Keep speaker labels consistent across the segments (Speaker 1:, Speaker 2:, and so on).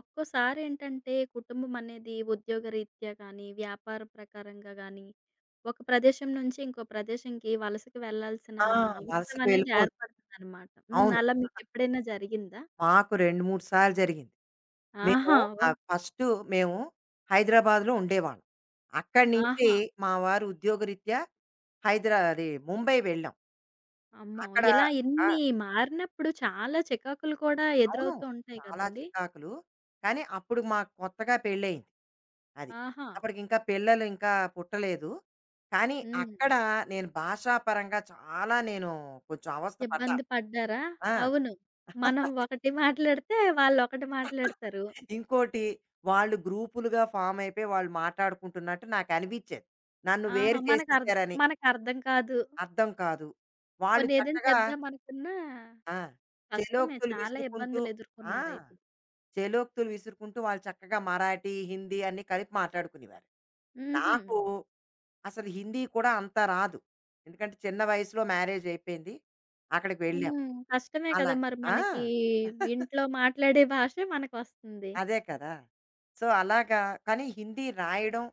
Speaker 1: ఒక్కోసారి ఏంటంటే కుటుంబం అనేది ఉద్యోగరీత్యా కానీ, వ్యాపార ప్రకారంగా గానీ, ఒక ప్రదేశం నుంచి ఇంకో ప్రదేశంకి వలసకి వెళ్ళాల్సిన
Speaker 2: ఆ!
Speaker 1: అవసరం
Speaker 2: వలసకి
Speaker 1: అనేది
Speaker 2: వెళ్ళిపోవచ్చు.
Speaker 1: ఏర్పడుతుందనమాట. హ్మ్.
Speaker 2: అవును.
Speaker 1: అలా మీకెప్పుడైనా జరిగిందా?
Speaker 2: మాకు 2, 3 సార్లు జరిగింది. మేము
Speaker 1: ఆహా! ఓహ్!
Speaker 2: ఫస్టు మేము హైదరాబాద్‌లో ఉండేవాళ్ళం. అక్కడి నుంచి
Speaker 1: ఆహా!
Speaker 2: మా వారు ఉద్యోగరీత్యా హైదరా అది ముంబై వెళ్ళాం.
Speaker 1: అమ్మో!
Speaker 2: అక్కడ
Speaker 1: ఇలా
Speaker 2: ఆ!
Speaker 1: ఇన్ని మారినప్పుడు చాలా చికాకులు కూడా
Speaker 2: అవును.
Speaker 1: ఎదురవుతూ ఉంటాయి
Speaker 2: చాలా
Speaker 1: కదండీ!
Speaker 2: చికాకులు. కానీ అప్పుడు మాకు కొత్తగా పెళ్ళయింది. అది.
Speaker 1: ఆహా!
Speaker 2: అప్పటికింకా పిల్లలు ఇంకా పుట్టలేదు. కానీ
Speaker 1: హ్మ్.
Speaker 2: అక్కడ నేను భాషాపరంగా చాలా కొంచెం అవస్థ
Speaker 1: ఇబ్బంది
Speaker 2: పడ్డాను.
Speaker 1: పడ్డారా? అవును. మనం
Speaker 2: ఆ!
Speaker 1: ఒకటి మాట్లాడితే వాళ్ళొకటి మాట్లాడతారు.
Speaker 2: ఇంకోటి, వాళ్ళు గ్రూపులుగా ఫామ్ అయిపోయి వాళ్ళు మాట్లాడుకుంటున్నట్టు నాకు అనిపించేది. నన్ను
Speaker 1: ఆహా!
Speaker 2: వేరు చేసేసారని
Speaker 1: మనకర్థం కాదు.
Speaker 2: అర్థం కాదు. వాళ్ళు
Speaker 1: పోనీ ఏదైనా
Speaker 2: చక్కగా
Speaker 1: చెప్దామనుకున్నా
Speaker 2: ఆ!
Speaker 1: కష్టమే.
Speaker 2: చెలోక్తులు
Speaker 1: చాలా
Speaker 2: విసురుకుంటూ ఆ!
Speaker 1: ఇబ్బందులెదుర్కొన్నారైతే.
Speaker 2: చెలోక్తులు విసురుకుంటూ వాళ్ళు చక్కగా మరాఠీ, హిందీ అన్నీ కలిపి మాట్లాడుకునేవారు.
Speaker 1: హుహు.
Speaker 2: నాకు అసలు హిందీ కూడా అంత రాదు. ఎందుకంటే చిన్న వయసులో మ్యారేజ్ అయిపోయింది. అక్కడికి
Speaker 1: హ్మ్.
Speaker 2: వెళ్ళాం.
Speaker 1: కష్టమే
Speaker 2: అలా
Speaker 1: కదా! మరి
Speaker 2: ఆ!
Speaker 1: మనకి ఇంట్లో మాట్లాడే భాషే మనకొస్తుంది.
Speaker 2: అదే కదా! సో, అలాగా, కానీ హిందీ రాయడం,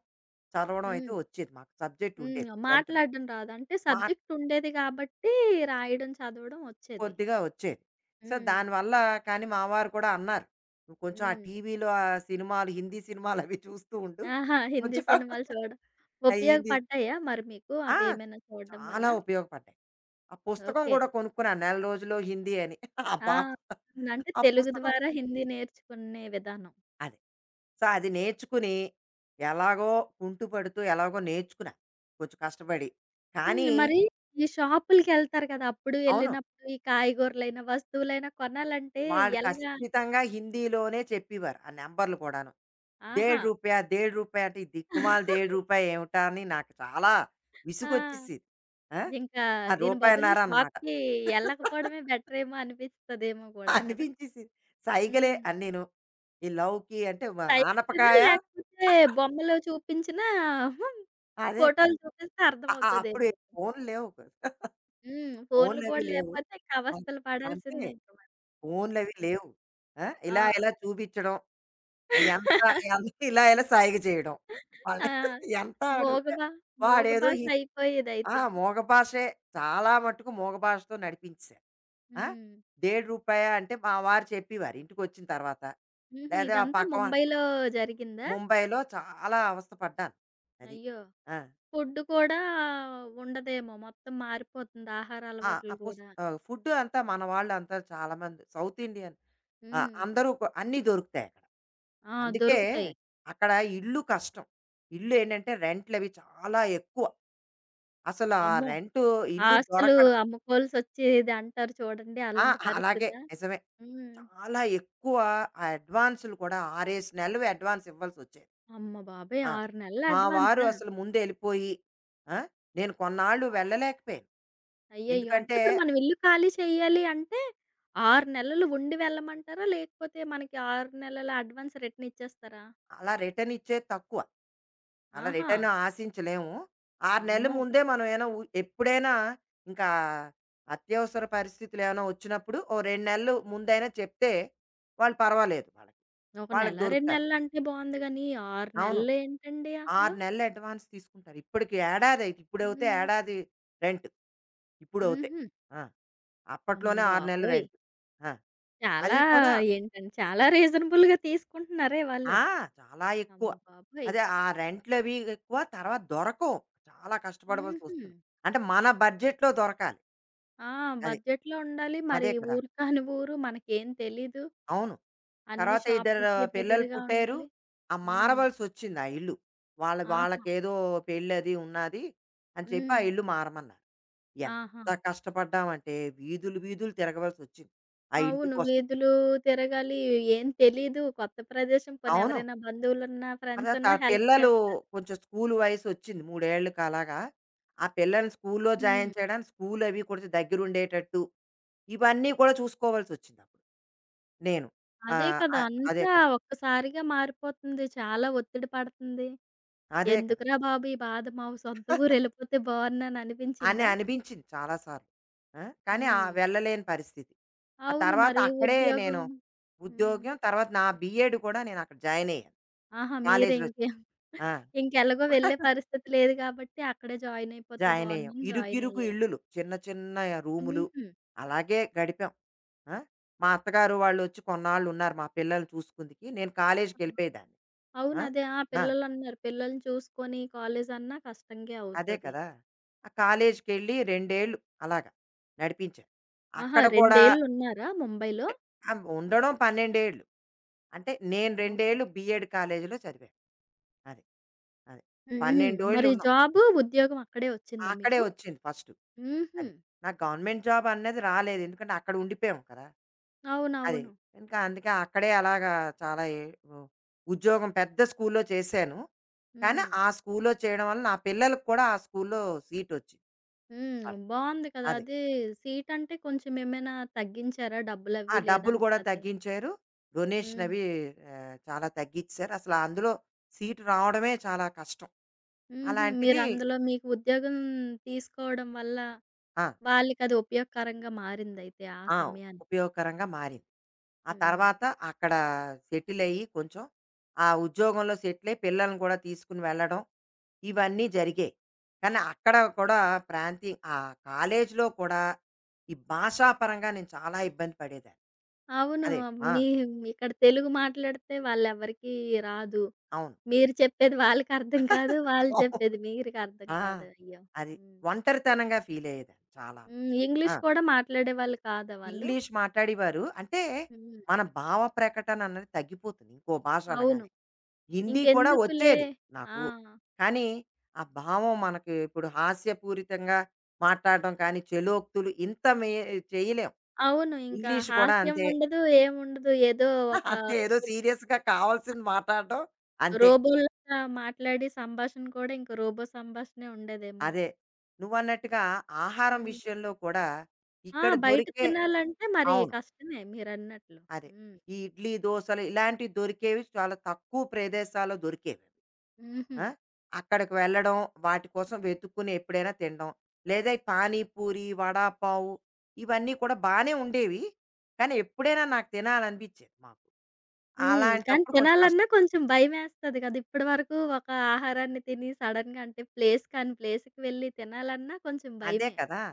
Speaker 2: చదవడం అయితే
Speaker 1: హ్మ్.
Speaker 2: వచ్చేది మాకు. సబ్జెక్ట్ ఉండేది
Speaker 1: హ్మ్.
Speaker 2: 10థ్.
Speaker 1: మాట్లాడడం రాదు. అంటే
Speaker 2: మాకు
Speaker 1: సబ్జెక్ట్ ఉండేది కాబట్టి రాయడం, చదవడం వచ్చేది.
Speaker 2: కొద్దిగా వచ్చేది. సో,
Speaker 1: హ్మ్.
Speaker 2: దానివల్ల కానీ మా వారు కూడా అన్నారు, "నువ్వు కొంచెం ఆ
Speaker 1: హ్మ్.
Speaker 2: టీవీలో ఆ సినిమాలు, హిందీ సినిమాలవి చూస్తూ ఉండు.
Speaker 1: ఆహా! హిందీ
Speaker 2: కొంచెం
Speaker 1: సినిమాలు చూడడం
Speaker 2: ఆ హిందీ."
Speaker 1: ఉపయోగపడ్డాయా మరి మీకు
Speaker 2: ఆ!
Speaker 1: అవేమైనా చూడడం వల్ల?
Speaker 2: చాలా ఉపయోగపడ్డాయి. ఆ పుస్తకం
Speaker 1: ఓకే.
Speaker 2: కూడా కొనుక్కున్నాను 'నెల రోజుల్లో హిందీ' అని. ఆ
Speaker 1: ఆ!
Speaker 2: భాష,
Speaker 1: అంటే
Speaker 2: ఆ
Speaker 1: తెలుగు
Speaker 2: పుస్తకం,
Speaker 1: ద్వారా హిందీ నేర్చుకునే విధానం.
Speaker 2: అదే. సో, అది నేర్చుకుని ఎలాగో, కుంటుపడుతూ ఎలాగో నేర్చుకున్నాను కొంచెం కష్టపడి.
Speaker 1: హ్మ్.
Speaker 2: కానీ
Speaker 1: మరి ఈ షాపులకెళ్తారు కదా! అప్పుడు
Speaker 2: అవును,
Speaker 1: ఎళ్ళినప్పుడు ఈ కాయగూరలైనా, వస్తువులైనా కొనాలంటే
Speaker 2: వాళ్ళు
Speaker 1: ఎలాగా?
Speaker 2: ఖచ్చితంగా హిందీలోనే చెప్పేవారు ఆ నంబర్లు కూడాను.
Speaker 1: ఆహా!
Speaker 2: డేఢ్ రూపాయ, డేఢ్ రూపాయ అంటే ఈ దిక్కుమాలిన రూ. 1.50 ఏమిటా అని నాకు చాలా
Speaker 1: ఆ!
Speaker 2: విసుగొచ్చేసేది. ఆ!
Speaker 1: ఇంకా
Speaker 2: ఆ
Speaker 1: దీని బదులు
Speaker 2: రూపాయన్నర అనమాట.
Speaker 1: షాప్‌కి ఎళ్ళకపోవడమే బెటరేమో అనిపిస్తదేమో గూడా కదా!
Speaker 2: అనిపించేసేది. సైగలే
Speaker 1: హ్మ్.
Speaker 2: అన్నీను. ఈ లౌకి అంటే
Speaker 1: సైట్‌లోనా
Speaker 2: ఆనపకాయ.
Speaker 1: లేకపోతే బొమ్మలు చూపించినా
Speaker 2: అదే కదా!
Speaker 1: ఫోటోలు చూపిస్తే
Speaker 2: అ అ అప్పుడు
Speaker 1: అర్థమవుతదేమో.
Speaker 2: ఫోన్లు లేవు కదా!
Speaker 1: హ్మ్. ఫోన్‌లు
Speaker 2: ఫోన్లవి
Speaker 1: కూడా
Speaker 2: లేవు.
Speaker 1: లేపోతే ఇంక
Speaker 2: అం
Speaker 1: అవస్థలు
Speaker 2: అంతే.
Speaker 1: పడాల్సిందే ఇంక మరి. హ్మ్.
Speaker 2: ఫోన్లవి లేవు. ఆ! ఇలా ఇలా చూపించడం, ఎంత
Speaker 1: ఆ!
Speaker 2: ఎంత ఇలా ఇలా సైగ చేయడం.
Speaker 1: ఆ!
Speaker 2: వాళ్ళని ఎంత
Speaker 1: మోగ
Speaker 2: అడిగితే
Speaker 1: భా మోగ
Speaker 2: వాడేదో
Speaker 1: భాష
Speaker 2: ఈ ఆ!
Speaker 1: అయిపోయేదైతే.
Speaker 2: మగ భాషే. చాలా మట్టుకు మగ భాషతో నడిపించేశారు. ఆ!
Speaker 1: హ్మ్.
Speaker 2: డేఢ్ రూపాయా అంటే మా వారు చెప్పేవారు ఇంటికొచ్చిన తర్వాత.
Speaker 1: హుహు.
Speaker 2: లేదా
Speaker 1: ఇదంతా
Speaker 2: పక్కన
Speaker 1: ముంబైలో జరిగిందా?
Speaker 2: ముంబైలో చాలా అవస్థ పడ్డాను. అది.
Speaker 1: అయ్యో!
Speaker 2: ఆ!
Speaker 1: ఫుడ్ కూడా ఉండదేమో మొత్తం మారిపోతుంది ఆహార
Speaker 2: ఆ! ఆ!
Speaker 1: అలవాట్లు గూడా.
Speaker 2: ఫుడ్ అంతా మన వాళ్ళంతా చాలా మంది సౌత్ ఇండియన్. ఆ!
Speaker 1: హ్మ్.
Speaker 2: అందరూ అన్నీ దొరుకుతాయక్కడ.
Speaker 1: ఆ!
Speaker 2: అందుకే
Speaker 1: దొరుకుతాయి.
Speaker 2: అక్కడ ఇల్లు కష్టం. ఇల్లేంటంటే రెంట్లవి చాలా ఎక్కువ. అసలు ఆ
Speaker 1: అమ్మో!
Speaker 2: రెంటు, ఇల్లు
Speaker 1: ఆస్తులు
Speaker 2: దొరకడం.
Speaker 1: అమ్ముకోవాల్సొచ్చేది అంటారు చూడండి
Speaker 2: ఆ!
Speaker 1: అలాంటి
Speaker 2: అలాగే
Speaker 1: పరిస్థితా?
Speaker 2: నిజమే.
Speaker 1: హ్మ్.
Speaker 2: చాలా ఎక్కువ ఆ అడ్వాన్సులు కూడా 6, 7 నెలలు అడ్వాన్స్ ఇవ్వాల్సొచ్చేది.
Speaker 1: అమ్మ బాబోయ్!
Speaker 2: ఆ!
Speaker 1: 6 నెలల
Speaker 2: మా వారు
Speaker 1: అడ్వాన్సా?
Speaker 2: అసలు ముందెళ్ళిపోయి ఆ! నేను కొన్నాళ్ళు వెళ్ళలేకపోయాను.
Speaker 1: అయ్యయ్యో!
Speaker 2: ఎందుకంటే
Speaker 1: అంటే ఇప్పుడు మనం ఇల్లు ఖాళీ చేయాలి అంటే 6 నెలలు ఉండి వెళ్ళమంటారా? లేకపోతే మనకి 6 నెలల అడ్వాన్స్ రిటర్న్ ఇచ్చేస్తారా?
Speaker 2: అలా రిటర్న్ ఇచ్చేది తక్కువ. అలా
Speaker 1: ఆహా!
Speaker 2: రిటర్న్ ఆశించలేము. 6 నెలల
Speaker 1: అమ్మో!
Speaker 2: ముందే మనం ఏమైనా ఎప్పుడైనా ఇంకా అత్యవసర పరిస్థితులేమైనా వచ్చినప్పుడు ఓ 2 నెలలు ముందైనా చెప్తే వాళ్ళు పర్వాలేదు వాళ్ళకి.
Speaker 1: ఒక
Speaker 2: వాళ్ళకి
Speaker 1: నెల, 2
Speaker 2: దొరుకుతారు.
Speaker 1: నెలలంటే బావుంది గానీ 6
Speaker 2: అవును.
Speaker 1: నెలలేంటండి అసలు?
Speaker 2: 6 నెలలు అడ్వాన్స్ తీసుకుంటారు. ఇప్పటికి ఏడాది అయి ఇప్పుడవుతే
Speaker 1: హ్మ్.
Speaker 2: ఏడాది రెంట్. ఇప్పుడవుతే.
Speaker 1: హుహు.
Speaker 2: ఆ!
Speaker 1: అమ్మ
Speaker 2: అప్పట్లోనే 6 నెలలు
Speaker 1: బాబోయ్!
Speaker 2: రెంట్. ఆ!
Speaker 1: చాలా
Speaker 2: అది కూడా
Speaker 1: ఏంటండి చాలా రీజనబుల్‌గా తీసుకుంటున్నారే వాళ్ళు.
Speaker 2: ఆ! చాలా ఎక్కువ.
Speaker 1: అమ్మ బాబోయ్!
Speaker 2: అదే ఆ రెంట్‌లవి ఎక్కువ. తర్వాత దొరకవు. చాలా
Speaker 1: హుహు.
Speaker 2: కష్టపడవలసొస్తుంది. అంటే మన బడ్జెట్‌లో దొరకాలి.
Speaker 1: ఆ!
Speaker 2: అది.
Speaker 1: బడ్జెట్‌లో ఉండాలి.
Speaker 2: అదే
Speaker 1: మరి
Speaker 2: కదా!
Speaker 1: ఊరు కాని ఊరు, మనకేం తెలీదు.
Speaker 2: అవును.
Speaker 1: అన్ని
Speaker 2: తర్వాత ఇద్దరు
Speaker 1: షాపులకి
Speaker 2: పిల్లలు
Speaker 1: దగ్గరగా
Speaker 2: పుట్టారు.
Speaker 1: ఉండాలి.
Speaker 2: ఆ
Speaker 1: హ్మ్.
Speaker 2: మారవలసొచ్చింది ఆ ఇల్లు. వాళ్ళ
Speaker 1: ఆహా!
Speaker 2: వాళ్ళకేదో పెళ్ళది ఉన్నాది అని చెప్పి ఆ
Speaker 1: హ్మ్.
Speaker 2: ఇల్లు మారమన్నారు.
Speaker 1: ఆహా!
Speaker 2: ఎంత కష్టపడ్డామంటే వీధులు, వీధులు తిరగవలసొచ్చింది ఆ ఇంటి
Speaker 1: అవును.
Speaker 2: కోసం.
Speaker 1: వీధులు తిరగాలి. ఏం తెలీదు. కొత్త ప్రదేశం పోనీ
Speaker 2: అవును.
Speaker 1: ఎవరైనా బంధువులున్నా,
Speaker 2: ఆ తర్వాత ఆ
Speaker 1: ఫ్రెండ్సున్నా హెల్ప్
Speaker 2: పిల్లలు
Speaker 1: చేస్తారు.
Speaker 2: కొంచెం స్కూలు వయసొచ్చింది. మూడేళ్ళకి అలాగా. ఆ పిల్లల్ని స్కూల్లో
Speaker 1: హ్మ్.
Speaker 2: జాయిన్ చేయడానికి స్కూలవి కొంచెం దగ్గరుండేటట్టు, ఇవన్నీ కూడా చూసుకోవాల్సొచ్చిందప్పుడు నేను.
Speaker 1: అదే
Speaker 2: ఆహ్, అ
Speaker 1: కదా!
Speaker 2: అదే
Speaker 1: అంతా
Speaker 2: కదా!
Speaker 1: ఒక్కసారిగా మారిపోతుంది. చాలా ఒత్తిడి పడుతుంది.
Speaker 2: అదే కదా!
Speaker 1: ఎందుకురా బాబు ఈ బాధ! మా సొంత ఊరెళ్ళిపోతే
Speaker 2: అని
Speaker 1: బావున్నాననిపించిందా?
Speaker 2: అనిపించింది చాలా సార్లు. ఆ! కానీ ఆ
Speaker 1: హ్మ్.
Speaker 2: వెళ్ళలేని పరిస్థితి. ఆ
Speaker 1: అవును.
Speaker 2: తర్వాత
Speaker 1: మరి
Speaker 2: అక్కడే
Speaker 1: ఉద్యోగం
Speaker 2: నేను
Speaker 1: హ్మ్.
Speaker 2: ఉద్యోగం, తర్వాత నా బీఎడ్ కూడా నేనక్కడ జాయినయ్యాను.
Speaker 1: ఆహా! మీరే
Speaker 2: కాలేజీలో.
Speaker 1: ఇంకే
Speaker 2: ఆ!
Speaker 1: ఇంకెలాగో వెళ్ళే పరిస్థితి లేదు కాబట్టి అక్కడే జాయిన్ అయిపోతే
Speaker 2: జాయినయ్యాం.
Speaker 1: బావుండని జాయిన్
Speaker 2: ఇరుకిరుకు
Speaker 1: అయ్యారు.
Speaker 2: ఇల్లులు. చిన్న చిన్న రూములు.
Speaker 1: హుహు.
Speaker 2: అలాగే గడిపాం. ఆ! మా అత్తగారు వాళ్ళొచ్చి కొన్నాళ్ళున్నారు మా పిల్లల్ని చూసుకుందుకి. నేను కాలేజీకెళ్ళిపోయేదాన్ని.
Speaker 1: అవును.
Speaker 2: ఆ!
Speaker 1: అదే. ఆ!
Speaker 2: ఆ!
Speaker 1: పిల్లలన్నారు. పిల్లల్ని చూసుకొని కాలేజన్నా కష్టంగే
Speaker 2: అదే
Speaker 1: అవుతది.
Speaker 2: కదా! ఆ కాలేజీకెళ్ళి 2 ఏళ్ళు అలాగా నడిపించాను.
Speaker 1: ఆహా!
Speaker 2: అక్కడ
Speaker 1: 2
Speaker 2: కూడా
Speaker 1: ఏళ్లున్నారా ముంబైలో?
Speaker 2: ఉండడం 12 ఏళ్ళు. అంటే నేను
Speaker 1: అమ్మ
Speaker 2: 2 ఏళ్ళు
Speaker 1: బాబోయ్!
Speaker 2: బీఎడ్ కాలేజీలో చదివాను. అది. అది.
Speaker 1: హుహు.
Speaker 2: 12 ఏళ్ళు
Speaker 1: మరి
Speaker 2: ఉన్నాం.
Speaker 1: జాబు, ఉద్యోగం అక్కడే వచ్చిందా
Speaker 2: అక్కడే
Speaker 1: మీకు?
Speaker 2: వచ్చింది ఫస్టు.
Speaker 1: హుహు.
Speaker 2: అది. నాకు గవర్నమెంట్ జాబ్ అనేది రాలేదు. ఎందుకంటే అక్కడ ఉండిపోయాం కదా! అది.
Speaker 1: అవునవును.
Speaker 2: ఇంకా అందుకే అక్కడే అలాగా చాలా ఏ ఉ ఉద్యోగం పెద్ద స్కూల్‌లో చేశాను. కానీ
Speaker 1: హ్మ్.
Speaker 2: ఆ స్కూల్‌లో చేయడం వల్ల నా పిల్లలకి కూడా ఆ స్కూల్‌లో సీటొచ్చింది.
Speaker 1: హ్మ్.
Speaker 2: వాళ్ళకి.
Speaker 1: బావుంది కదా!
Speaker 2: అది.
Speaker 1: అదే సీటంటే కొంచెం ఏమైనా తగ్గించారా
Speaker 2: ఆ!
Speaker 1: డబ్బులవి?
Speaker 2: డబ్బులు
Speaker 1: లేదంటే
Speaker 2: గూడా
Speaker 1: అదే
Speaker 2: తగ్గించారు. డొనేషన్
Speaker 1: హ్మ్.
Speaker 2: అవి చాలా తగ్గిచ్చారు. అసల అందులో సీటు రావడమే చాలా కష్టం.
Speaker 1: హుహు.
Speaker 2: అలాంటిది.
Speaker 1: మీరందులో మీకు ఉద్యోగం తీసుకోవడం వల్ల
Speaker 2: ఆ!
Speaker 1: వాళ్ళకది ఉపయోగకరంగా మారిందయితే ఆ
Speaker 2: ఆ!
Speaker 1: సమయానికి.
Speaker 2: ఉపయోగకరంగా మారింది. ఆ
Speaker 1: హ్మ్.
Speaker 2: తర్వాత అక్కడ సెటిలయ్యి కొంచెం ఆ ఉద్యోగంలో సెటిలై పిల్లల్ని కూడా తీసుకొని వెళ్ళడం, ఇవన్నీ జరిగాయి. కానీ అక్కడ కూడా ప్రాంతీ ఆ కాలేజీలో కూడా ఈ భాషాపరంగా నేను చాలా ఇబ్బంది పడేదాన్ని.
Speaker 1: అవును.
Speaker 2: అదే. ఆ!
Speaker 1: మీ ఇక్కడ తెలుగు మాట్లాడితే వాళ్ళెవ్వరికీ రాదు.
Speaker 2: అవును.
Speaker 1: మీరు చెప్పేది వాళ్ళకర్థం కాదు. వాళ్ళు చెప్పేది మీకు అర్థం
Speaker 2: ఆ!
Speaker 1: కాదు. అయ్యో!
Speaker 2: అది.
Speaker 1: హ్మ్.
Speaker 2: ఒంటరితనంగా ఫీలయ్యేదాన్ని చాలాను.
Speaker 1: హ్మ్.
Speaker 2: ఆ!
Speaker 1: ఇంగ్లీష్ కూడా మాట్లాడేవాళ్ళు కాదా వాళ్ళు?
Speaker 2: ఇంగ్లీష్ మాట్లాడేవారు. అంటే,
Speaker 1: హ్మ్.
Speaker 2: మన భావ ప్రకటన అన్నది తగ్గిపోతుంది ఇంకో భాష
Speaker 1: అవును.
Speaker 2: అనగానే. హిందీ కూడా
Speaker 1: ఇంకెందుకులే
Speaker 2: వచ్చేది
Speaker 1: ఆ!
Speaker 2: నాకు. కానీ, ఆ భావం మనకి ఇప్పుడు హాస్యపూరితంగా మాట్లాడడం కానీ, చెలోక్తులు ఇంత మే చేయలేం.
Speaker 1: అవును. ఇంకా
Speaker 2: ఇంగ్లీష్ కూడా
Speaker 1: హాస్యం
Speaker 2: అంతే.
Speaker 1: ఉండదు. ఏముండదు. ఏదో ఒక
Speaker 2: అంతే, ఏదో సీరియస్‌గా కావాల్సింది మాట్లాడడం. అంతే.
Speaker 1: రోబోలాగా మాట్లాడి సంభాషణ కూడా ఇంక రోబో సంభాషణే ఉండేదేమో!
Speaker 2: అదే. నువ్వన్నట్టుగా ఆహారం
Speaker 1: హ్మ్.
Speaker 2: విషయంలో కూడా
Speaker 1: ఆ!
Speaker 2: ఇక్కడ
Speaker 1: బయట
Speaker 2: దొరికే,
Speaker 1: తినాలంటే మరి
Speaker 2: అవును,
Speaker 1: కష్టమే మీరన్నట్లు.
Speaker 2: అదే.
Speaker 1: హ్మ్.
Speaker 2: ఈ ఇడ్లీ, దోసలు ఇలాంటివి దొరికేవి చాలా తక్కువ ప్రదేశాల్లో దొరికేవి అవి.
Speaker 1: హుహు.
Speaker 2: ఆ! అక్కడికి వెళ్ళడం, వాటి కోసం వెతుక్కుని ఎప్పుడైనా తినడం. లేదా ఈ పానీపూరి, వడాపావు ఇవన్నీ కూడా బానే ఉండేవి. కానీ ఎప్పుడైనా నాకు తినాలనిపించేది మాకు.
Speaker 1: హ్మ్. కానీ
Speaker 2: అలాంటప్పుడు కొంచెం కష్టం.
Speaker 1: తినాలన్నా కొంచెం భయమేస్తది కదా! ఇప్పటి వరకు ఒక ఆహారాన్ని తిని సడెన్‌గా అంటే ప్లేస్ కాని ప్లేస్‌కి వెళ్లి తినాలన్నా కొంచెం
Speaker 2: అదే
Speaker 1: భయమే.
Speaker 2: కదా!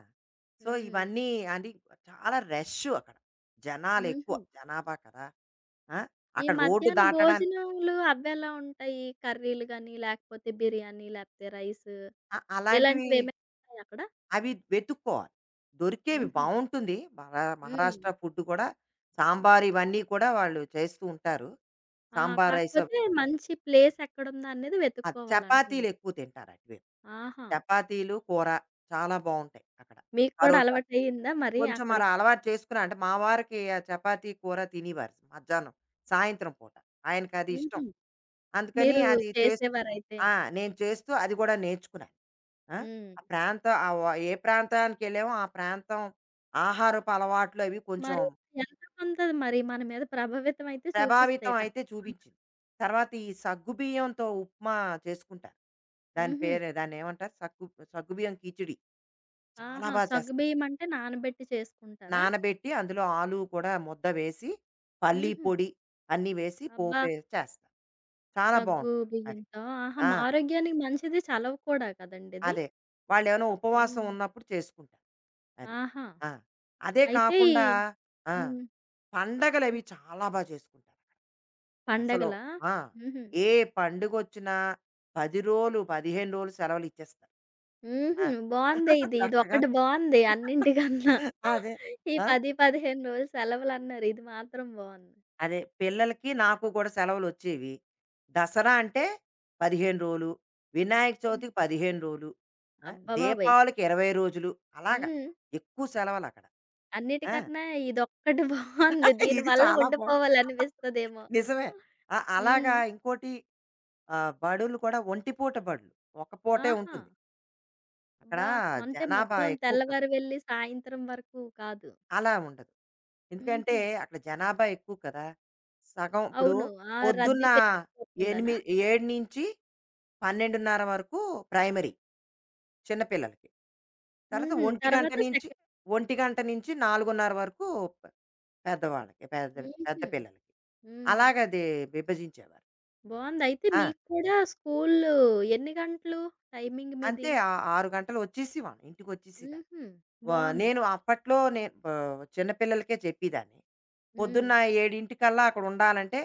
Speaker 2: సో,
Speaker 1: హ్మ్.
Speaker 2: ఇవన్నీ అని. చాలా రష్ అక్కడ. జనాలెక్కువ.
Speaker 1: హుహు.
Speaker 2: జనాభా కదా! ఆ!
Speaker 1: ఈ
Speaker 2: అక్కడ రోడ్డు
Speaker 1: మధ్యాహ్న
Speaker 2: దాటడానికి,
Speaker 1: భోజనాలు అవెలా ఉంటాయి? కర్రీలు గాని, లేకపోతే బిర్యానీ, లేకపోతే రైస్
Speaker 2: అలాంటివి
Speaker 1: ఇలాంటివేమైనా ఉంటాయా అక్కడ?
Speaker 2: అవి వెతుక్కోవాలి. దొరికేవి
Speaker 1: హుహు.
Speaker 2: బావుంటుంది.
Speaker 1: హ్మ్.
Speaker 2: మహారాష్ట్ర ఫుడ్ కూడా సాంబార్ ఇవన్నీ కూడా వాళ్ళు చేస్తూ ఉంటారు.
Speaker 1: ఆ!
Speaker 2: సాంబార్ రైస్ అవి.
Speaker 1: కాకపోతే మంచి ప్లేస్ ఎక్కడుందా అనేది
Speaker 2: అది, చపాతీలు
Speaker 1: వెతుక్కోవాలంటున్నారు.
Speaker 2: ఎక్కువ తింటారు అటువైపు.
Speaker 1: ఆహా!
Speaker 2: చపాతీలు, కూర చాలా బావుంటాయి అక్కడ.
Speaker 1: మీకు కూడా
Speaker 2: పరోటా.
Speaker 1: అలవాటయిందా మరి
Speaker 2: కొంచెం మరి
Speaker 1: అక్కడికి?
Speaker 2: అలవాటు చేసుకున్నా అంటే మా వారికి ఆ చపాతీ, కూర తినేవారు మధ్యాహ్నం, సాయంత్రం పూట. ఆయనకది ఇష్టం.
Speaker 1: హుహు.
Speaker 2: అందుకని
Speaker 1: మీరు
Speaker 2: అది చేస్తూ,
Speaker 1: చేసేవారైతే.
Speaker 2: ఆ! నేను చేస్తూ అది కూడా నేర్చుకున్నాను. ఆ?
Speaker 1: హ్మ్.
Speaker 2: ఆ ప్రాంతం ఆ ఏ ప్రాంతానికి వెళ్ళామో ఆ ప్రాంతం ఆహారపు అలవాట్లు అవి కొంచెం
Speaker 1: మరి ఎంతో కొంత మరి మన మీద ప్రభావితం అయితే
Speaker 2: ప్రభావితం
Speaker 1: చూపిస్తాయి
Speaker 2: అయితే
Speaker 1: తప్పకుండా.
Speaker 2: చూపించింది. తర్వాత ఈ సగ్గుబియ్యంతో ఉప్మా చేసుకుంటారు. దాని
Speaker 1: ఉహూ.
Speaker 2: పేరు, దాన్ని ఏమంటారు, సగ్గు, సగ్గుబియ్యం కిచిడి, చాలా
Speaker 1: ఆహా!
Speaker 2: బాగా
Speaker 1: సగ్గు
Speaker 2: చేస్తారు.
Speaker 1: బియ్యం అంటే నానబెట్టి చేసుకుంటారా?
Speaker 2: నానబెట్టి అందులో ఆలు కూడా ముద్ద వేసి, పల్లీ
Speaker 1: ఉహూ.
Speaker 2: పొడి అన్నీ వేసి
Speaker 1: అబ్బా!
Speaker 2: పోపే చేస్తారు. చాలా
Speaker 1: సగ్గు
Speaker 2: బాగుంటుంది. అది
Speaker 1: బియ్యంతో ఆహా!
Speaker 2: ఆ,
Speaker 1: మా ఆరోగ్యానికి మంచిది చలవ కూడా కదండీ ఇది.
Speaker 2: అదే, వాళ్ళు ఏమైనా ఉపవాసం
Speaker 1: హ్మ్.
Speaker 2: ఉన్నప్పుడు చేసుకుంటారు అది.
Speaker 1: ఆహా!
Speaker 2: ఆ, అదే
Speaker 1: అయితే
Speaker 2: కాకుండా
Speaker 1: ఈ హ్మ్. హ్మ్.
Speaker 2: పండగలవి చాలా చేసుకుంటారు. అసలు
Speaker 1: పండగలా?
Speaker 2: ఆ!
Speaker 1: హుహు.
Speaker 2: ఏ పండుగొచ్చినా 10 రోజులు, 15 రోజులు సెలవులిచ్చేస్తారు. ఆ!
Speaker 1: హుహు. బావుందే ఇది. ఇది
Speaker 2: చక్కగా,
Speaker 1: ఒకటి బావుంది అన్నింటికన్నా.
Speaker 2: అదే.
Speaker 1: ఈ
Speaker 2: ఆ!
Speaker 1: 10, 15 రోజులు సెలవులన్నారు. ఇది మాత్రం బావుంది.
Speaker 2: అదే. పిల్లలకి, నాకు గూడా సెలవులొచ్చేవి. దసరా అంటే 15 రోజులు, వినాయక
Speaker 1: హ్మ్.
Speaker 2: చవితికి 15 రోజులు, ఆ!
Speaker 1: అబ్బా బాబోయ్!
Speaker 2: దీపావళికి 20 రోజులు అలాగా.
Speaker 1: హ్మ్.
Speaker 2: ఎక్కువ సెలవులక్కడ. ఆ!
Speaker 1: అన్నిటికన్నా ఇదొక్కటి బావుంది.
Speaker 2: ఇది
Speaker 1: దీనివల్ల
Speaker 2: చాలా బావుంది.
Speaker 1: ఉండిపోవాలనిపిస్తదేమో.
Speaker 2: నిజమే. ఆ! అలాగా
Speaker 1: హ్మ్.
Speaker 2: ఇంకోటి. ఆ! బడులు కూడా ఒంటి పూట బడులు. ఒక పూటే
Speaker 1: ఆహా!
Speaker 2: ఉంటుంది. అక్కడ
Speaker 1: అబ్బా! అంటే
Speaker 2: జనాభా
Speaker 1: మొత్తం
Speaker 2: ఎక్కువ కదా!
Speaker 1: తెల్లవారి వెళ్లి సాయంత్రం వరకు కాదు.
Speaker 2: అలా ఉండదు. ఎందుకంటే
Speaker 1: హుహు.
Speaker 2: అక్కడ జనాభా ఎక్కువ కదా! సగం ఇప్పుడు
Speaker 1: అవును. ఆ!
Speaker 2: పొద్దున్న
Speaker 1: రద్దీ
Speaker 2: ఎనిమి
Speaker 1: పెరిగిపోతుందనా?
Speaker 2: 7-12:30 వరకు ప్రైమరీ చిన్న పిల్లలకి. తర్వాత
Speaker 1: హుహు.
Speaker 2: 1 గంట
Speaker 1: తర్వాత
Speaker 2: నుంచి
Speaker 1: సెకండ్
Speaker 2: 1 గంట నుంచి 4:30 వరకు పె పెద్దవాళ్ళకి, పెద్ద పెద్ద
Speaker 1: హుహు.
Speaker 2: పిల్లలకి.
Speaker 1: హ్మ్.
Speaker 2: అలాగ అది విభజించేవారు.
Speaker 1: బావుంది. అయితే
Speaker 2: ఆ!
Speaker 1: మీకు కూడా స్కూలు ఎన్ని గంటలు టైమింగ్
Speaker 2: అంతే
Speaker 1: మీది?
Speaker 2: ఆ 6 గంటలు వచ్చేసేవాళ్ళం. ఇంటికొచ్చేసేదాన్ని.
Speaker 1: హుహు.
Speaker 2: వ
Speaker 1: బావుంది.
Speaker 2: నేను అప్పట్లో చిన్న పిల్లలకే చెప్పేదాన్ని.
Speaker 1: హ్మ్.
Speaker 2: పొద్దున్న 7:00కల్లా అక్కడ ఉండాలంటే,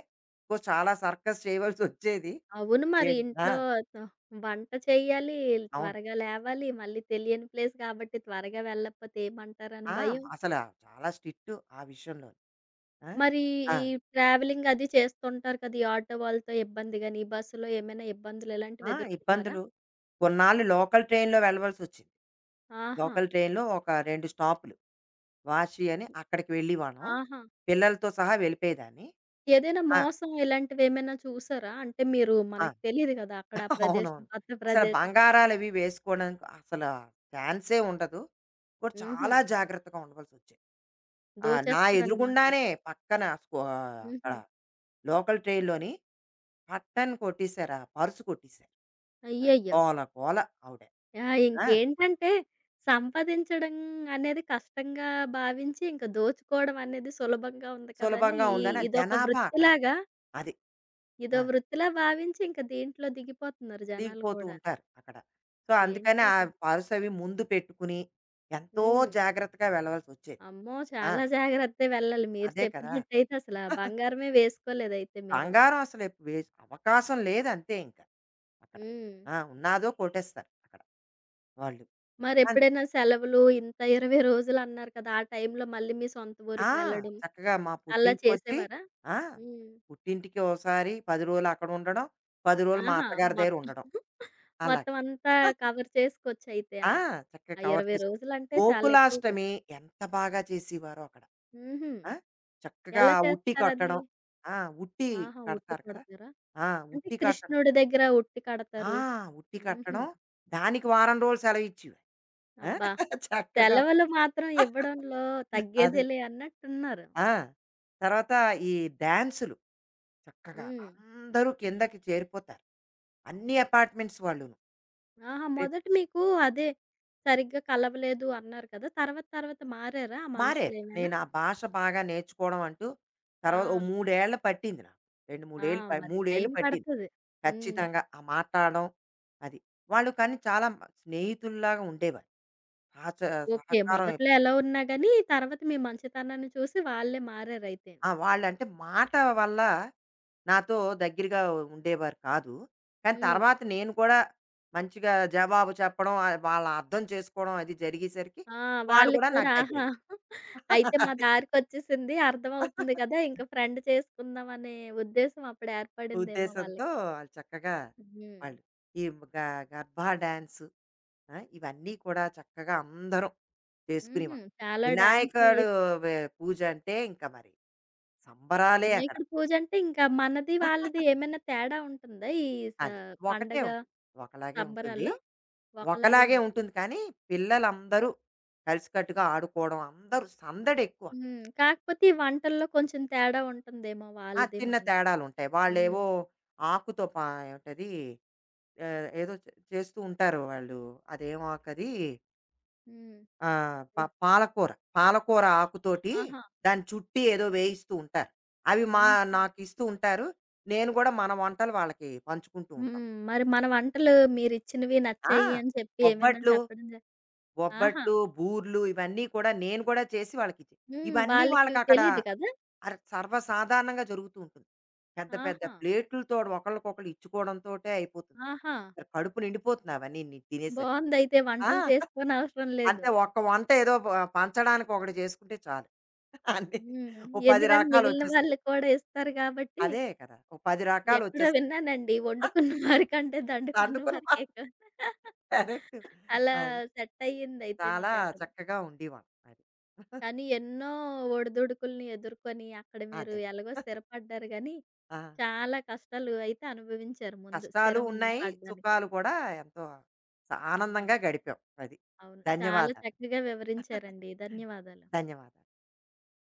Speaker 2: ఓ చాలా సర్కస్ చేయవలసొచ్చేది.
Speaker 1: అవును మరి.
Speaker 2: 7. ఆ!
Speaker 1: ఇంట్లో త వంట చెయ్యాలి,
Speaker 2: అవును.
Speaker 1: త్వరగా లేవాలి, మళ్ళీ తెలియని ప్లేస్ కాబట్టి త్వరగా వెళ్ళకపోతే ఏమంటారని
Speaker 2: ఆ!
Speaker 1: భయం.
Speaker 2: అసల చాలా స్ట్రిక్టు ఆ విషయంలో. ఆ!
Speaker 1: మరి
Speaker 2: ఆ!
Speaker 1: ఈ ట్రావెలింగ్ అది చేస్తుంటారు కదా! ఈ ఆటో వాళ్ళతో ఇబ్బంది గాని, ఈ బస్సులో ఏమైనా ఇబ్బందులు
Speaker 2: ఆ!
Speaker 1: ఇలాంటివి ఎదుర్కొన్నారా?
Speaker 2: ఇబ్బందులు. కొన్నాళ్ళు లోకల్ ట్రైన్‌లో వెళ్ళవలసొచ్చింది.
Speaker 1: ఆహా!
Speaker 2: లోకల్ ట్రైన్‌లో ఒక 2 స్టాపులు. వాషి అని అక్కడికి వెళ్ళేవాళ్ళం.
Speaker 1: ఆహా!
Speaker 2: పిల్లలతో సహా వెళ్ళిపోయేదాన్ని.
Speaker 1: ఏదైనా
Speaker 2: ఆ!
Speaker 1: మోసం ఇలాంటివేమైనా చూసారా? అంటే మీరు
Speaker 2: ఆ!
Speaker 1: మనకు తెలీదు కదా! అక్కడ ఆ ప్రదేశం,
Speaker 2: అవునవును.
Speaker 1: కొత్త
Speaker 2: అసలు
Speaker 1: ప్రదేశం.
Speaker 2: బంగారాలవి వేసుకోవడానికి అసలు ఛాన్సే ఉండదు. ఇంకోటి
Speaker 1: హుహు.
Speaker 2: చాలా జాగ్రత్తగా ఉండవలసొచ్చేది. ఆ! నా
Speaker 1: దోచేస్తారనమాట.
Speaker 2: ఎదురుగుండానే పక్కన అక్కడ
Speaker 1: హుహు.
Speaker 2: లోకల్ ట్రైన్‌లోని పట్టని కొట్టేశారు. ఆ పర్స్ కొట్టేశారు. ఆ!
Speaker 1: అయ్యయ్యో!
Speaker 2: గోల గోల ఆవిడ.
Speaker 1: ఆ!
Speaker 2: ఆ!
Speaker 1: ఇంకేంటంటే సంపాదించడం అనేది కష్టంగా భావించి, ఇంక దోచుకోవడం అనేది సులభంగా ఉంది కదని
Speaker 2: సులభంగా
Speaker 1: ఈ
Speaker 2: ఉందని ఆ
Speaker 1: ఇదొక
Speaker 2: జనాభా అక్కడ.
Speaker 1: వృత్తిలాగా,
Speaker 2: అది.
Speaker 1: ఇదో
Speaker 2: ఆ!
Speaker 1: వృత్తిలా భావించి ఇంక దీంట్లో దిగిపోతున్నారు జనాలు
Speaker 2: దిగిపోతూ
Speaker 1: కూడా.
Speaker 2: ఉంటారు అక్కడ. సో, అందుకని
Speaker 1: ఏంటో
Speaker 2: ఆ
Speaker 1: అసలు.
Speaker 2: పర్స్ అవి ముందు పెట్టుకుని ఎంతో
Speaker 1: హ్మ్.
Speaker 2: జాగ్రత్తగా వెళ్ళవలసొచ్చేది.
Speaker 1: అమ్మో!
Speaker 2: ఆ!
Speaker 1: చాలా జాగ్రత్తే వెళ్ళాలి. మీరు
Speaker 2: అదే కదా!
Speaker 1: చెప్పినట్టయితే అసలా బంగారమే వేసుకోలేదయితే మీరు.
Speaker 2: కంగారం అసలు ఎప్ వేస్ అవకాశం లేదంతే ఇంకా అక్కడ.
Speaker 1: హ్మ్.
Speaker 2: ఆ! ఉన్నాదో కొట్టేస్తారు అక్కడ వాళ్ళు. అంతే.
Speaker 1: మరెప్పుడైనా సెలవులు ఇంత 20 రోజులన్నారు కదా! ఆ టైంలో మళ్ళీ మీ సొంత
Speaker 2: ఆ!
Speaker 1: ఊరికి వెళ్ళడం
Speaker 2: చక్కగా మా
Speaker 1: అలా
Speaker 2: పుట్టింటికొచ్చి
Speaker 1: చేసేవారా?
Speaker 2: ఆ!
Speaker 1: హ్మ్.
Speaker 2: పుట్టింటికి ఓసారి 10 రోజులు అక్కడ ఉండడం, 10 రోజులు మా
Speaker 1: ఆహా!
Speaker 2: అత్తగారి దగ్గర
Speaker 1: మొత్తం
Speaker 2: ఉండడం. అలాగ.
Speaker 1: మొత్తం అంతా కవర్ చేసుకోవచ్చయితే.
Speaker 2: ఆ!
Speaker 1: ఆ!
Speaker 2: చక్కగా
Speaker 1: ఆ
Speaker 2: కవర్
Speaker 1: 20
Speaker 2: చేసుకుని
Speaker 1: రోజులంటే చాలా ఎక్కువ
Speaker 2: గోకులాష్టమి
Speaker 1: కదా!
Speaker 2: ఎంత బాగా చేసేవారో అక్కడ.
Speaker 1: హుహు.
Speaker 2: ఆ! చక్కగా
Speaker 1: ఎలా
Speaker 2: ఆ ఉట్టి
Speaker 1: చేస్తారది?
Speaker 2: కట్టడం. ఆ! ఉట్టి
Speaker 1: ఆహా! ఉట్టి
Speaker 2: కడతారు కదా!
Speaker 1: కొడతారా?
Speaker 2: ఆ!
Speaker 1: అంటే
Speaker 2: ఉట్టి కట్టడం.
Speaker 1: కృష్ణుడి దగ్గర ఉట్టి
Speaker 2: ఆ!
Speaker 1: కడతారు.
Speaker 2: ఉట్టి
Speaker 1: హుహు.
Speaker 2: కట్టడం. దానికి వారం రోజులు సెలవిచ్చేవారు. ఆ!
Speaker 1: అబ్బా!
Speaker 2: చక్కగా,
Speaker 1: సెలవులు మాత్రం ఇవ్వడంలో
Speaker 2: అదే.
Speaker 1: తగ్గేదేలే అన్నట్టున్నారు.
Speaker 2: ఆ! తర్వాత ఈ డాన్సులు. చక్కగా
Speaker 1: హ్మ్.
Speaker 2: అందరూ కిందకి చేరిపోతారు. అన్ని అపార్ట్‌మెంట్స్ వాళ్ళును.
Speaker 1: ఆహా!
Speaker 2: రేపు
Speaker 1: మొదట మీకు అదే సరిగ్గా కలవలేదు అన్నారు కదా! తర్వాత తర్వాత మారారా ఆ
Speaker 2: మారారు.
Speaker 1: మనుషులేమైనా?
Speaker 2: నేను ఆ భాష బాగా నేర్చుకోవడం అంటూ
Speaker 1: ఆ!
Speaker 2: తర్వాత ఓ 3 ఏళ్ళు పట్టింది నాకు. 2, 3
Speaker 1: ఆ!
Speaker 2: ఏళ్ళు ప
Speaker 1: మరి
Speaker 2: 3 ఏళ్ళు
Speaker 1: టైం
Speaker 2: పట్టింది.
Speaker 1: పడతది. హ్మ్.
Speaker 2: ఖచ్చితంగా ఆ మాట్లాడడం. అది. వాళ్ళు కానీ చాలా స్నేహితుల్లాగా ఉండేవారు. సహచ
Speaker 1: ఓకే.
Speaker 2: సహకారం.
Speaker 1: మొదట్లో ఎలా ఉన్నా గాని తర్వాత మీ మంచితనాన్ని చూసి వాళ్ళే మారారైతే.
Speaker 2: ఆ! వాళ్ళంటే మాట వల్ల నాతో దగ్గరగా ఉండేవారు కాదు. కానీ
Speaker 1: హ్మ్.
Speaker 2: తర్వాత నేను కూడా మంచిగా జవాబు చెప్పడం, వాళ్ళు అర్థం చేసుకోవడం అది జరిగేసరికి
Speaker 1: ఆ!
Speaker 2: వాళ్ళు
Speaker 1: వాళ్ళకి
Speaker 2: కూడా
Speaker 1: కూడా
Speaker 2: నాకు
Speaker 1: ఆహా!
Speaker 2: దగ్గరయ్యారు.
Speaker 1: అయితే మా
Speaker 2: అది
Speaker 1: దారికొచ్చేసింది అర్థమవుతుంది కదా! ఇంక ఫ్రెండ్ చేసుకుందాం అనే ఉద్దేశం అప్పుడు ఏర్పడిందేమో
Speaker 2: ఉద్దేశంతో
Speaker 1: వాళ్ళకి.
Speaker 2: వాళ్ళు చక్కగా,
Speaker 1: హ్మ్.
Speaker 2: వాళ్ళు ఈ గ గర్భా డాన్సు, ఆ! ఇవన్నీ కూడా చక్కగా అందరం
Speaker 1: హుహు.
Speaker 2: చేసుకునేవాళ్ళం.
Speaker 1: చాలా
Speaker 2: వినాయకుడు
Speaker 1: డాన్సులయితే.
Speaker 2: పూజ అంటే ఇంకా మరి సంబరాలే అక్కడ.
Speaker 1: వినాయకుడి పూజంటే ఇంకా మనది వాళ్ళది ఏమైనా తేడా ఉంటుందా? ఈ స
Speaker 2: అదే. ఒకటే
Speaker 1: పండగ
Speaker 2: ఉంటుంది. ఒకలాగే ఉంటుంది.
Speaker 1: సంబరాల్లో ఒకలాగే
Speaker 2: ఒకలాగే
Speaker 1: ఉంటుందా?
Speaker 2: ఉంటుంది కానీ పిల్లలందరూ కలిసికట్టుగా ఆడుకోవడం, అందరూ సందడి ఎక్కువ అక్కడ.
Speaker 1: హ్మ్. కాకపోతే ఈ వంటల్లో కొంచెం తేడా ఉంటుందేమో
Speaker 2: ఆ!
Speaker 1: వాళ్ళది
Speaker 2: చిన్న
Speaker 1: మనది.
Speaker 2: తేడాలు ఉంటాయి.
Speaker 1: హ్మ్.
Speaker 2: వాళ్ళేవో ఆకుతో పా ఏంటది, ఏదో చేస్తూ ఉంటారు వాళ్ళు. అదేం ఆకది?
Speaker 1: హ్మ్.
Speaker 2: ఆహ్, ప పాలకూర. పాలకూర ఆకుతోటి
Speaker 1: ఆహా!
Speaker 2: దాన్ని చుట్టి ఏదో వేయిస్తూ ఉంటారు. అవి మా,
Speaker 1: ఆహా!
Speaker 2: నాకిస్తూ ఉంటారు. నేను గూడా మన వంటలు వాళ్ళకి పంచుకుంటూ ఉంటాం.
Speaker 1: హ్మ్. మరి మన వంటలు మీరిచ్చినవి
Speaker 2: ఆ!
Speaker 1: నచ్చాయి అని చెప్పి ఏమైనా
Speaker 2: బొబ్బట్లు,
Speaker 1: చెప్పడం జ ఆహా!
Speaker 2: బొబ్బట్లు, బూర్లు ఇవన్నీ కూడా నేను కూడా చేసి వాళ్ళకిచ్చే,
Speaker 1: హ్మ్.
Speaker 2: ఇవన్నీ
Speaker 1: వాళ్ళకి
Speaker 2: వాళ్ళకక్కడ
Speaker 1: తెలీదు కదా!
Speaker 2: సర్వసాధారణంగా జరుగుతూ ఉంటుంది. పెద్ద పెద్ద
Speaker 1: ఆహా!
Speaker 2: ప్లేట్లుతో ఒకళ్ళకొకళ్ళు ఇచ్చుకోవడంతోటే అయిపోతుంది.
Speaker 1: ఆహా!
Speaker 2: మరి కడుపు నిండిపోతుంది అవన్నీని తినేసరికి.
Speaker 1: బావుందయితే
Speaker 2: ఆ!
Speaker 1: వంటలు చేసుకోనవసరం లేదు.
Speaker 2: అంటే ఒక్క వంట ఏదో పంచడానికి ఒకటి చేసుకుంటే చాలు. అన్నీ
Speaker 1: హ్మ్.
Speaker 2: ఓ 10
Speaker 1: ఎందుకంటే మిగిలిన
Speaker 2: రకాలొచ్చేస్తాయి.
Speaker 1: వాళ్ళు కూడా ఇస్తారు కాబట్టి
Speaker 2: అదే కదా! ఓ 10
Speaker 1: ఎక్కడో
Speaker 2: రకాలొచ్చేస్తాయి.
Speaker 1: విన్నానండి. వండుకున్న వారికంటే దండుకున్న
Speaker 2: వండుకున్న
Speaker 1: వారికే
Speaker 2: కరెక్ట్.
Speaker 1: ఎక్కువ.
Speaker 2: అది.
Speaker 1: అలా సెట్ అయ్యిందయితే
Speaker 2: చాలా
Speaker 1: మీకక్కడ.
Speaker 2: చక్కగా ఉండేవాళ్ళం అది.
Speaker 1: కానీ ఎన్నో ఒడిదుడుకుల్ని ఎదుర్కొని అక్కడ మీరు
Speaker 2: అదే.
Speaker 1: ఎలాగో స్థిరపడ్డారు గానీ
Speaker 2: ఆ!
Speaker 1: చాలా కష్టాలు అయితే అనుభవించారు ముందు
Speaker 2: కష్టాలు
Speaker 1: స్థిరం
Speaker 2: ఉన్నాయి.
Speaker 1: పడడానికి.
Speaker 2: సుఖాలు కూడా ఎంతో
Speaker 1: హ్మ్.
Speaker 2: ఆనందంగా గడిపాం. అది.
Speaker 1: అవును. చాలా
Speaker 2: ధన్యవాదాలు.
Speaker 1: చక్కగా వివరించారండి. ధన్యవాదాలు.
Speaker 2: ధన్యవాదాలు.